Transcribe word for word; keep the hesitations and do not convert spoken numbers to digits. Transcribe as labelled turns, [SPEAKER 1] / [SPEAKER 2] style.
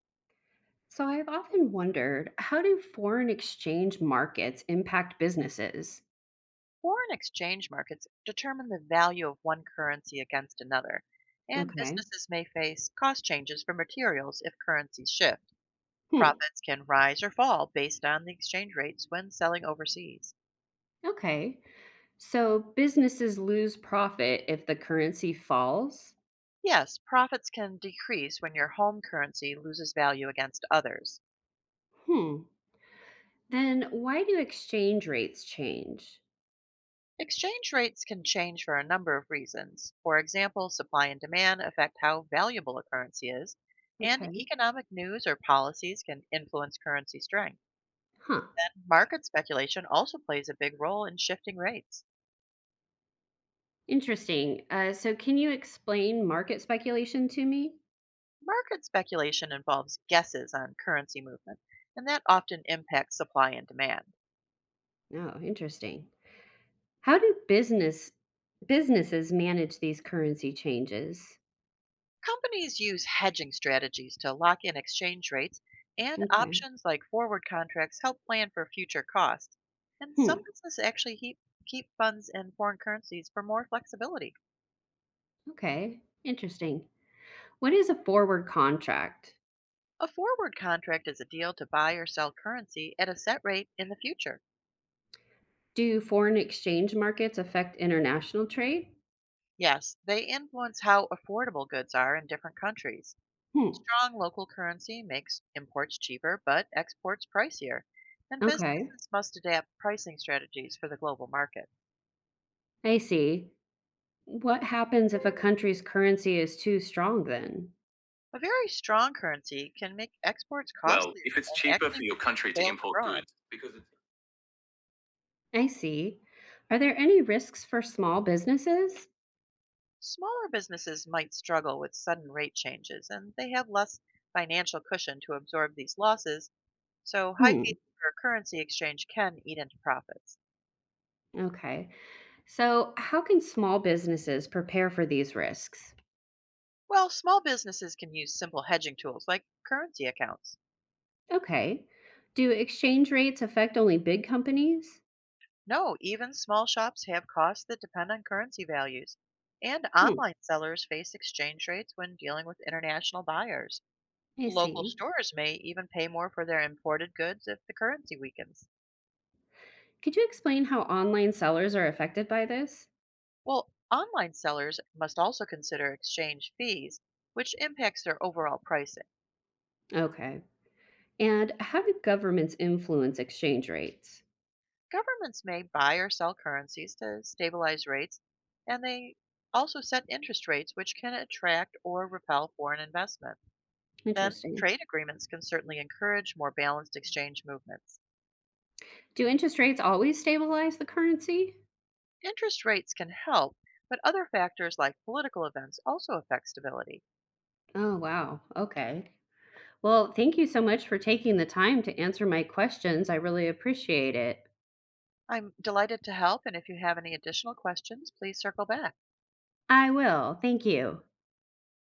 [SPEAKER 1] So I've often wondered, how do foreign exchange markets impact businesses?
[SPEAKER 2] Foreign exchange markets determine the value of one currency against another, and
[SPEAKER 1] Okay.
[SPEAKER 2] businesses may face cost changes for materials if currencies shift.
[SPEAKER 1] Hmm.
[SPEAKER 2] Profits can rise or fall based on the exchange rates when selling overseas.
[SPEAKER 1] Okay. So businesses lose profit if the currency falls?
[SPEAKER 2] Yes, profits can decrease when your home currency loses value against others.
[SPEAKER 1] Hmm. Then why do exchange rates change?
[SPEAKER 2] Exchange rates can change for a number of reasons. For example, supply and demand affect how valuable a currency is, and
[SPEAKER 1] Okay.
[SPEAKER 2] economic news or policies can influence currency strength.
[SPEAKER 1] Huh.
[SPEAKER 2] Market speculation also plays a big role in shifting rates.
[SPEAKER 1] Interesting. Uh, so can you explain market speculation to me?
[SPEAKER 2] Market speculation involves guesses on currency movement, and that often impacts supply and demand.
[SPEAKER 1] Oh, interesting. How do business businesses manage these currency changes?
[SPEAKER 2] Companies use hedging strategies to lock in exchange rates, and
[SPEAKER 1] Okay.
[SPEAKER 2] options like forward contracts help plan for future costs. And some
[SPEAKER 1] Hmm.
[SPEAKER 2] businesses actually keep, keep funds in foreign currencies for more flexibility.
[SPEAKER 1] Okay. Interesting. What is a forward contract?
[SPEAKER 2] A forward contract is a deal to buy or sell currency at a set rate in the future.
[SPEAKER 1] Do foreign exchange markets affect international trade?
[SPEAKER 2] Yes, they influence how affordable goods are in different countries.
[SPEAKER 1] Hmm.
[SPEAKER 2] Strong local currency makes imports cheaper, but exports pricier, and
[SPEAKER 1] Okay,
[SPEAKER 2] businesses must adapt pricing strategies for the global market.
[SPEAKER 1] I see. What happens if a country's currency is too strong then?
[SPEAKER 2] A very strong currency can make exports
[SPEAKER 1] Well,
[SPEAKER 2] costlier
[SPEAKER 1] if it's
[SPEAKER 2] and
[SPEAKER 1] cheaper
[SPEAKER 2] actually
[SPEAKER 1] for your
[SPEAKER 2] reduce
[SPEAKER 1] country to
[SPEAKER 2] sales
[SPEAKER 1] import
[SPEAKER 2] abroad.
[SPEAKER 1] goods, because it's— I see. Are there any risks for small businesses?
[SPEAKER 2] Smaller businesses might struggle with sudden rate changes, and they have less financial cushion to absorb these losses, so high fees
[SPEAKER 1] Hmm.
[SPEAKER 2] for currency exchange can eat into profits.
[SPEAKER 1] Okay. So, how can small businesses prepare for these risks?
[SPEAKER 2] Well, small businesses can use simple hedging tools like currency accounts.
[SPEAKER 1] Okay. Do exchange rates affect only big companies?
[SPEAKER 2] No, even small shops have costs that depend on currency values. And
[SPEAKER 1] Hmm.
[SPEAKER 2] online sellers face exchange rates when dealing with international buyers.
[SPEAKER 1] I
[SPEAKER 2] Local
[SPEAKER 1] see.
[SPEAKER 2] stores may even pay more for their imported goods if the currency weakens.
[SPEAKER 1] Could you explain how online sellers are affected by this?
[SPEAKER 2] Well, online sellers must also consider exchange fees, which impacts their overall pricing.
[SPEAKER 1] Okay. And how do governments influence exchange rates?
[SPEAKER 2] Governments may buy or sell currencies to stabilize rates, and they also set interest rates, which can attract or repel foreign investment. Then,
[SPEAKER 1] Interesting.
[SPEAKER 2] trade agreements can certainly encourage more balanced exchange movements.
[SPEAKER 1] Do interest rates always stabilize the currency?
[SPEAKER 2] Interest rates can help, but other factors like political events also affect stability.
[SPEAKER 1] Oh, wow. Okay. Well, thank you so much for taking the time to answer my questions. I really appreciate it.
[SPEAKER 2] I'm delighted to help, and if you have any additional questions, please circle back.
[SPEAKER 1] I will. Thank you.